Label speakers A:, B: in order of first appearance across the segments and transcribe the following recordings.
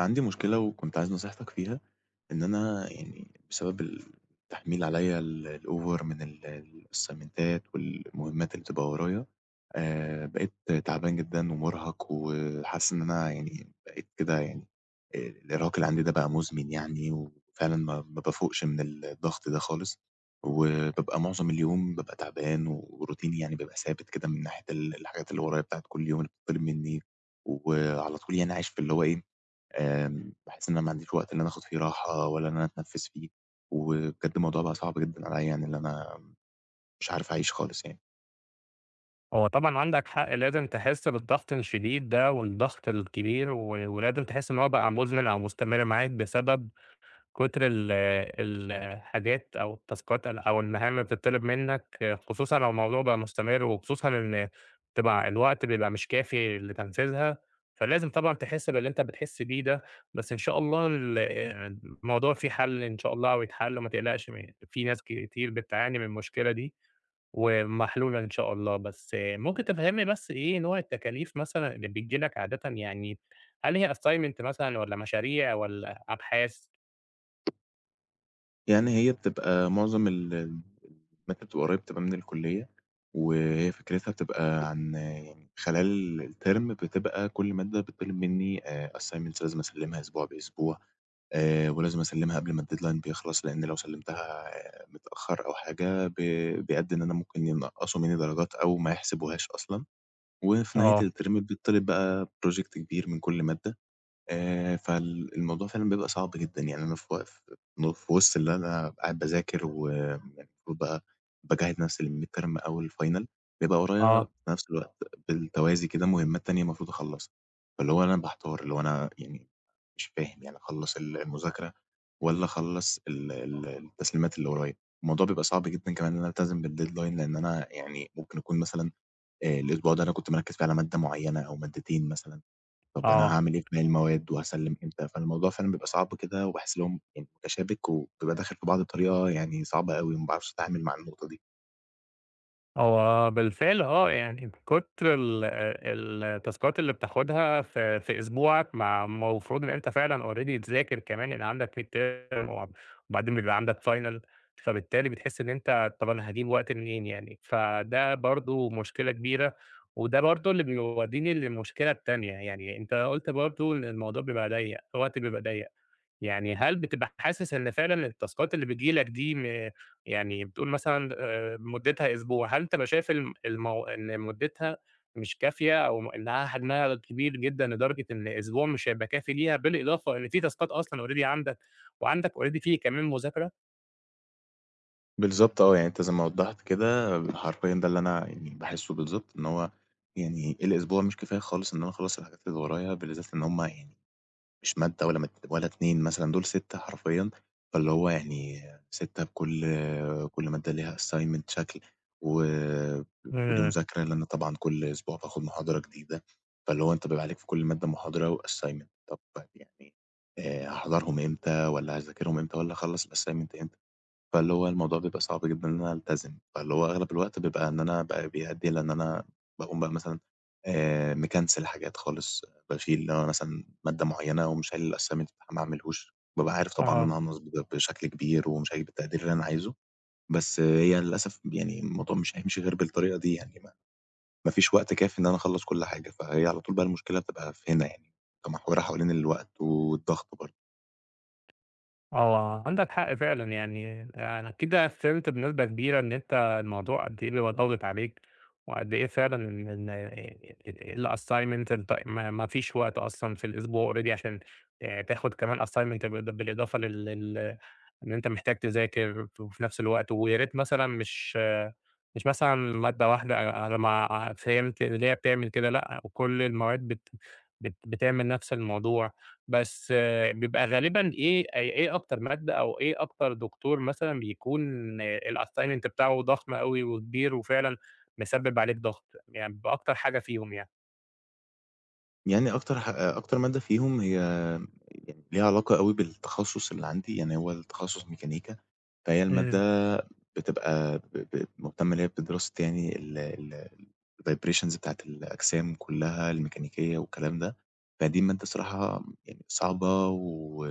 A: عندي مشكلة وكنت عايز نصيحتك فيها، إن أنا يعني بسبب التحميل عليّا الover من الأسايمنتات والمهمات اللي بتبقى ورايا. بقيت تعبان جدًا ومُرهَق، وحاسس إن أنا يعني بقيت كده يعني. الإرهاق اللي عندي ده بقى مُزمن يعني، وفعلًا ما بافوقش من الضغط ده خالص، وبابقى معظم اليوم بابقى تعبان، وروتيني يعني بيبقى ثابت كده من ناحية الحاجات اللي ورايا بتاعة كل يوم اللي بتطلب منّي. وعلى طول يعني عايش في اللي هو إيه. باحس إن أنا ما عنديش وقت إن أنا آخد فيه راحة ولا إن أنا أتنفّس فيه. وبجد الموضوع بقى صعب جدًا عليَّ، يعني اللي أنا مش عارف أعيش خالص يعني.
B: هو طبعًا عندك حق، لازم تحس بالضغط الشديد ده والضغط الكبير، ولازم تحس إن هو بقى مُزمِن أو مستمر معاك بسبب كتر الحاجات أو التاسكات أو المهام اللي بتطلب منك، خصوصًا لو الموضوع بقى مستمر، وخصوصًا إن بتبقى الوقت بيبقى مش كافي لتنفيذها. فلازم طبعًا تحس باللي أنت بتحس بيه ده، بس إن شاء الله الموضوع فيه حل إن شاء الله ويتحل، وما تقلقش، في ناس كتير بتعاني من المشكلة دي، ومحلولة إن شاء الله. بس ممكن تفهمني بس إيه نوع التكاليف مثلًا اللي بتيجي لك عادةً يعني، هل هي assignment مثلًا والّا مشاريع والّا أبحاث؟
A: يعني هي بتبقى معظم المادة بتبقى قريب، بتبقى من الكلية. وهي فكرتها بتبقى عن يعني خلال الترم بتبقى كل مادة بتطلب مني assignments لازم أسلّمها أسبوع بأسبوع. ولازم أسلّمها قبل ما الdeadline بيخلص، لإن لو سلّمتها متأخر أو حاجة بيأدّي إن أنا ممكن ينقّصوا مني درجات أو ما يحسبوهاش أصلًا. وفي نهاية
B: آه،
A: الترم بيطلب بقى project كبير من كل مادة. فال الموضوع فعلًا بيبقى صعب جدًا، يعني أنا في و ف ن في وسط اللي أنا قاعد باذاكر، ويعني المفروض بقى باجهّز نفسي للmidterm أو الfinal، بيبقى ورايا
B: آه،
A: في نفس الوقت بالتوازي كده مهمات تانية المفروض أخلّصها. فاللي هو أنا باحتار، اللي هو أنا يعني مش فاهم يعني أخلّص المذاكرة والّا أخلّص ال ال التسليمات اللي ورايا. الموضوع بيبقى صعب جدًا كمان إن أنا ألتزم بالdeadline، لإن أنا يعني ممكن أكون مثلًا الأسبوع ده أنا كنت مركّز فيه على مادة معيّنة أو مادتين مثلًا. طب أنا
B: آه.
A: هاعمل إيه في باقي المواد وهاسلِّم إمتى؟ فالموضوع فعلًا بيبقى صعب كده، وباحس إن هو يعني متشابك وبيبقى داخل في بعض بطريقة يعني صعبة أوي، وما باعرفش أتعامل مع النقطة دي.
B: هو بالفعل آه، يعني كتر ال ال التاسكات اللي بتاخدها في أسبوعك، مع المفروض إن أنت فعلًا already تذاكر كمان لأن عندك midterm، وبعدين بيبقى عندك final، فبالتالي بتحس إن أنت طب أنا هاجيب وقت منين يعني. فده برضه مشكلة كبيرة، وده برضه اللي بيوديني للمشكلة التانية، يعني أنت قُلت برضه إن الموضوع بيبقى ضيّق، الوقت بيبقى ضيّق. يعني هل بتبقى حاسس إن فعلًا التاسكات اللي بتيجي لك دي يعني بتقول مثلًا مدتها أسبوع، هل بتبقى شايف الم المو إن مدتها مش كافية أو إنها حجمها كبير جدًا لدرجة إن أسبوع مش هيبقى كافي ليها، بالإضافة إن في تاسكات أصلًا already عندك، وعندك already في كمان مذاكرة؟
A: بالضبط آه، يعني أنت زي ما وضّحت كده حرفيًا ده اللي أنا يعني باحسّه بالضبط، إن هو يعني الأسبوع مش كفاية خالص إن أنا أخلّص الحاجات اللي ورايا، بالذات إن هم يعني مش مادة ولا 2 مثلًا، دول 6 حرفيًا. فاللي هو يعني 6، كل مادة ليها assignment شكل، و وليه
B: إمم،
A: مذاكرة، لإن طبعًا كل أسبوع باخد محاضرة جديدة. فاللي هو أنت بيبقى عليك في كل مادة محاضرة وassignment. طب يعني هاحضرهم إمتى والّا هاذاكرهم إمتى والّا أخلّص الassignment إمتى؟ فاللي هو الموضوع بيبقى صعب جدًا إن أنا ألتزم. فاللي هو أغلب الوقت بيبقى إن أنا بيأدّي إلى إن أنا باقوم بقى مثلًا مكنسل حاجات خالص. باشيل اللي هو مثلًا مادة معيّنة، أقوم شايل assignment ما اعملهوش. بابقى عارف طبعًا إن
B: آه.
A: أنا هانقص بشكل كبير، ومش هاجيب التقدير اللي أنا عايزه. بس هي للأسف يعني الموضوع مش هيمشي غير بالطريقة دي، يعني ما فيش وقت كافي إن أنا أخلّص كل حاجة. فهي على طول بقى المشكلة بتبقى في هنا يعني، بتبقى محورة حوالين الوقت والضغط برضه.
B: آه، عندك حق فعلًا، يعني أنا كده فهمت بنسبة كبيرة إن أنت الموضوع قد إيه بيبقى ضاغط عليك، وقد إيه فعلًا إن الassignment أنت ما فيش وقت أصلًا في الأسبوع already عشان تاخد كمان assignment بالإضافة لل لل إن أنت محتاج تذاكر وفي نفس الوقت، ويا ريت مثلًا مش مثلًا مادة واحدة على ما فهمت إن هي بتعمل كده، لأ، وكل المواد بت بت بتعمل نفس الموضوع. بس بيبقى غالبًا إيه أكتر مادة أو إيه أكتر دكتور مثلًا بيكون الassignment بتاعه ضخم أوي وكبير وفعلًا مسبب عليك ضغط، يعني بأكتر حاجة فيهم يعني؟
A: يعني أكتر أكتر مادة فيهم هي يعني ليها علاقة أوي بالتخصُّص اللي عندي، يعني هو التخصُّص ميكانيكا. فهي
B: إمم،
A: المادة بتبقى ب ب مهتمة اللي هي بدراسة يعني ال ال الvibrations بتاعة الأجسام كلّها الميكانيكية والكلام ده. فدي مادة الصراحة يعني صعبة، و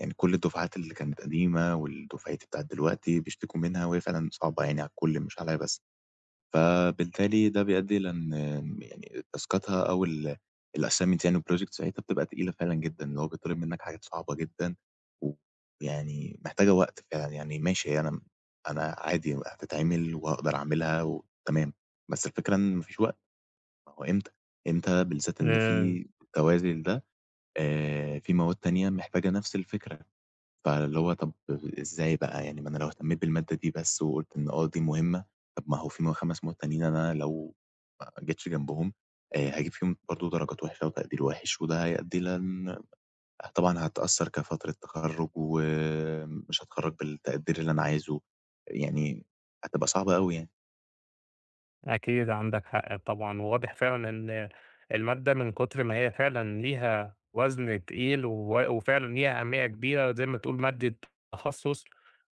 A: يعني كل الدُفعات اللي كانت قديمة والدُفعتي بتاعة دلوقتي بيشتكوا منها، وهي فعلًا صعبة يعني على الكل مش عليّا بس. فبالتالي ده بيؤدي إلى إن يعني تاسكاتها أو الassignment يعني والproject ساعتها بتبقى تقيلة فعلًا جدًا، اللي هو بيطلب منّك حاجات صعبة جدًا، ويعني محتاجة وقت فعلًا. يعني ماشي أنا أنا عادي هتتعمل وهاقدر أعملها وتمام. بس الفكرة إن ما فيش وقت. ما هو إمتى، إمتى بالذات إن
B: آآ
A: في توازي لده، في مواد تانية محتاجة نفس الفكرة. فاللي هو طب إزاي بقى، يعني ما أنا لو اهتميت بالمادة دي بس، وقُلت إن آه دي مهمة، طب ما هو في 5 مواد تانيين أنا لو ما جيتش جنبهم هاجيب فيهم برضه درجات وحشة وتقدير وِحِش، وده هيؤدي إلى إن طبعًا هاتأثّر كفترة تخرُّج، ومش هاتخرّج بالتقدير اللي أنا عايزه، يعني هتبقى صعبة أوي يعني.
B: أكيد عندك حق طبعًا، وواضح فعلًا إن المادة من كتر ما هي فعلًا ليها وزن تقيل، و وفعلًا ليها أهمية كبيرة زي ما تقول مادة تخصُّص،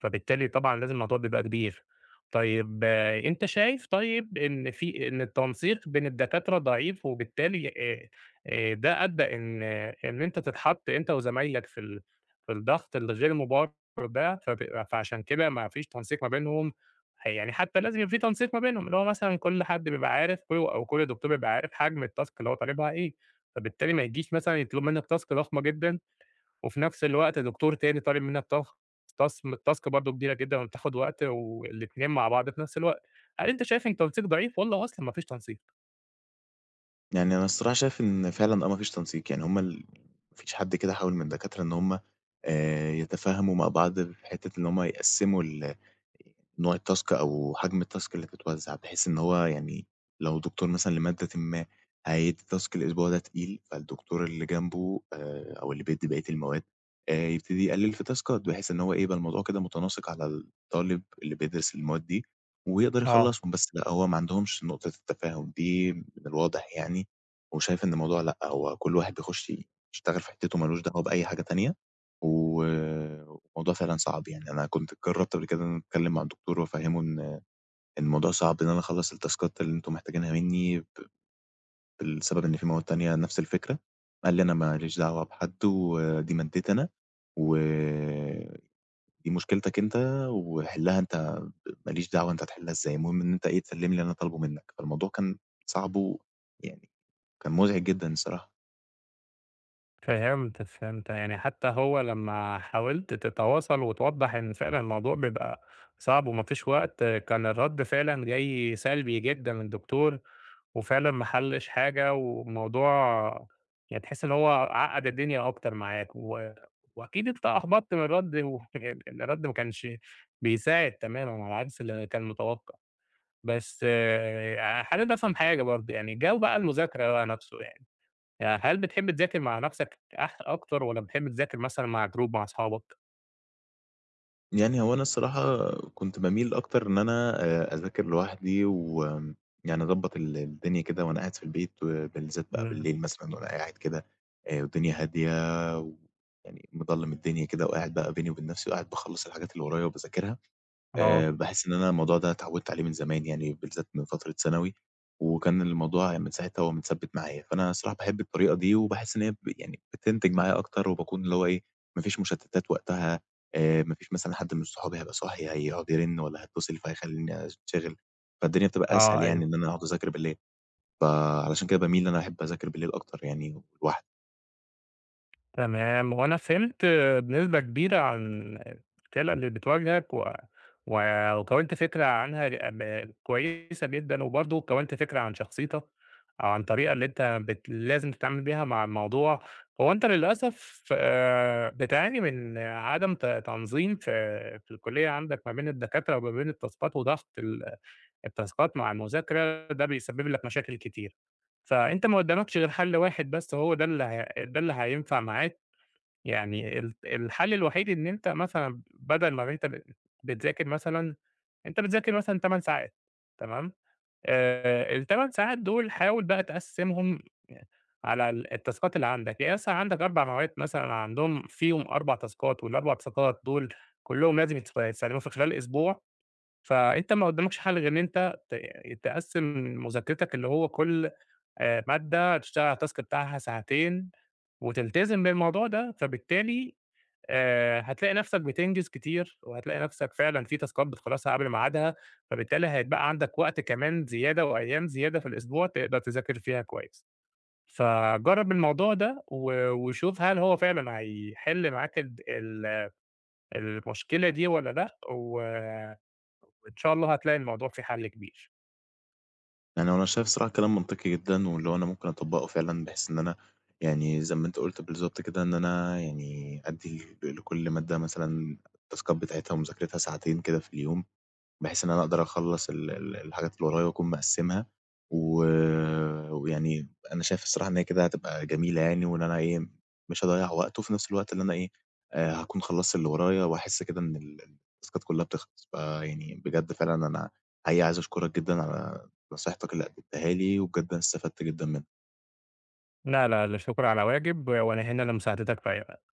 B: فبالتالي طبعًا لازم الموضوع بيبقى كبير. طيب آه، أنت شايف طيب إن في إن التنسيق بين الدكاترة ضعيف، وبالتالي ده أدّى إن آه، إن أنت تتحط أنت وزمايلك في في الضغط الغير مبرر ده، فعشان كده ما فيش تنسيق ما بينهم، يعني حتى لازم يبقى في تنسيق ما بينهم، اللي هو مثلًا كل حد بيبقى عارف أو كل دكتور بيبقى عارف حجم الtask اللي هو طالبها إيه، فبالتالي ما يجيش مثلًا يطلب منّك task ضخمة جدًا، وفي نفس الوقت دكتور تاني طالب منّك task برضه كبيرة جدًا وبتاخد وقت، والاتنين مع بعض في نفس الوقت. هل أنت شايف إن التنسيق ضعيف والّا أصلًا ما فيش تنسيق؟
A: يعني أنا الصراحة شايف إن فعلًا آه ما فيش تنسيق، يعني هُم ما فيش حد كده حاول من الدكاترة إن هُم يتفاهموا مع بعض في حتّة إن هُم يقسّموا نوع التاسك أو حجم التاسك اللي بتتوزّع، بحيث إن هو يعني لو دكتور مثلًا لمادةٍ ما هيدّي تاسك الأسبوع ده تقيل، فالدكتور اللي جنبه أو اللي بيدّي بقية المواد يبتدي يقلِّل في تاسكات، بحيث إن هو إيه، يبقى الموضوع كده متناسق على الطالب اللي بيدرس المواد دي ويقدر
B: آه.
A: يخلّصهم. بس لأ، هو ما عندهمش نقطة التفاهم دي من الواضح يعني، وشايف إن الموضوع لأ، هو كل واحد بيخُش يشتغل في حتّته ما لوش دعوة بأي حاجة تانية، و الموضوع فعلًا صعب. يعني أنا كنت جرّبت قبل كده إن أنا أتكلّم مع الدكتور وأفهّمه إن إن الموضوع صعب إن أنا أخلّص التاسكات اللي أنتم محتاجينها منّي بسبب إن في مواد تانية نَفْس الفكرة. قال لي: "أنا ما ليش دعوة بحد، ودي مادتي أنا، ودي مشكلتك أنت، وحلّها أنت. ما ليش دعوة أنت هتحلّها إزاي، المهم إن أنت إيه، تسلّم لي اللي أنا طالبه منّك." فالموضوع كان صعب، ويعني كان مُزعج جدًا الصراحة.
B: فهمت، فهمت، يعني حتى هو لمّا حاولت تتواصل وتوضّح إن فعلًا الموضوع بيبقى صعب وما فيش وقت، كان الرد فعلًا جاي سلبي جدًا من الدكتور، وفعلًا ما حلّش حاجة، والموضوع يعني تحس إن هو عقّد الدنيا أكتر معاك، وأكيد أنت أحبطت من الرد و الرد ما كانش بيساعد تمامًا على عكس اللي كان متوقع. بس آه، حابب أفهم حاجة برضه، يعني جو بقى المذاكرة بقى نفسه يعني، هل بتحب تذاكر مع نفسك أكتر والّا بتحب تذاكر مثلًا مع جروب مع أصحابك؟
A: يعني هو أنا الصراحة كنت باميل أكتر إن أنا أذاكر لوحدي يعني أضبّط الدنيا كده وأنا قاعد في البيت، وبالذات بقى
B: إمم،
A: بالليل مثلًا وأنا قاعد كده. والدنيا هادية، ويعني مضلّم الدنيا كده وقاعد بقى بيني وبين نفسي، وقاعد باخلّص الحاجات اللي ورايا وباذاكرها.
B: آه،
A: باحس إن أنا الموضوع ده اتعودت عليه من زمان يعني، بالذات من فترة ثانوي، وكان الموضوع يعني من ساعتها وهو متثبت معايا. فأنا الصراحة باحب الطريقة دي، وباحس إن هي يعني بتنتج معايا أكتر، وباكون اللي هو إيه، ما فيش مشتتات وقتها. ما فيش مثلًا حد من صحابي هيبقى صاحي هيقعد يرن والّا هيتصل، فهيخليني أنشغل. فالدنيا بتبقى
B: آه،
A: أسهل
B: أيوه،
A: يعني إن أنا أقعد أذاكر بالليل، فعلشان كده باميل إن أنا أحب أذاكر بالليل أكتر يعني لوحدي.
B: تمام. وأنا فهمت بنسبة كبيرة عن العِلّة اللي بتواجهك، و و وكوّنت فكرة عنها كويسة جدًا، وبرضه كوّنت فكرة عن شخصيتك أو عن الطريقة اللي أنت بت لازم تتعامل بيها مع الموضوع. هو أنت للأسف بتعاني من عدم تنظيم في الكلية عندك ما بين الدكاترة وما بين التاسكات، وضغط التاسكات مع المذاكرة ده بيسبب لك مشاكل كتير، فأنت ما قدامكش غير حل واحد بس، هو ده اللي هينفع معاك. يعني الحل الوحيد إن أنت مثلًا بدل ما أنت بتذاكر مثلًا أنت بتذاكر مثلًا 8 ساعات، تمام. ال8 ساعات دول حاول بقى تقسّمهم على التاسكات اللي عندك، يعني مثلًا عندك 4 مواد مثلًا عندهم فيهم 4 تاسكات، وال4 تاسكات دول كلّهم لازم يتسلموا في خلال أسبوع. فأنت ما قدّامكش حل غير إن أنت يعني تقسّم مذاكرتك، اللي هو كل مادة تشتغل على الtask بتاعها ساعتين، وتلتزم بالموضوع ده، فبالتالي هتلاقي نَفْسك بتنجز كتير، وهتلاقي نَفْسك فعلًا في تاسكات بتخلّصها قبل ميعادها، فبالتالي هيتبقى عندك وقت كمان زيادة وأيام زيادة في الأسبوع تقدر تذاكر فيها كويس. فجرّب الموضوع ده وشوف هل هو فعلًا هيحِل معاك ال ال المشكلة دي والّا لأ، وإن شاء الله هتلاقي الموضوع فيه حل كبير.
A: يعني هو أنا شايف صراحة كلام منطقي جدًا، واللي هو أنا ممكن أطبّقه فعلًا، بحيث إن أنا يعني زي ما أنت قُلت بالضبط كده، إن أنا يعني أدّي لكل مادة مثلًا التاسكات بتاعتها ومذاكرتها ساعتين كده في اليوم. بحيث إن أنا أقدر أخلّص ال ال الحاجات اللي ورايا وأكون مقسّمها، و ويعني أنا شايف الصراحة إن هي كده هتبقى جميلة يعني، وإن أنا إيه، مش هاضيّع وقت، وفي نفس الوقت اللي أنا إيه، هاكون خلّصت اللي ورايا، وأحس كده إن التاسكات كلّها بتخلص. فيعني بجد فعلًا أنا حقيقي عايز أشكرك جدًا على نصيحتك اللي قدّمتها لي، وبجد أنا استفدت جدًا منها.
B: لا، لا، لا شكر على واجب، وأنا هنا لمساعدتك في أي وقت.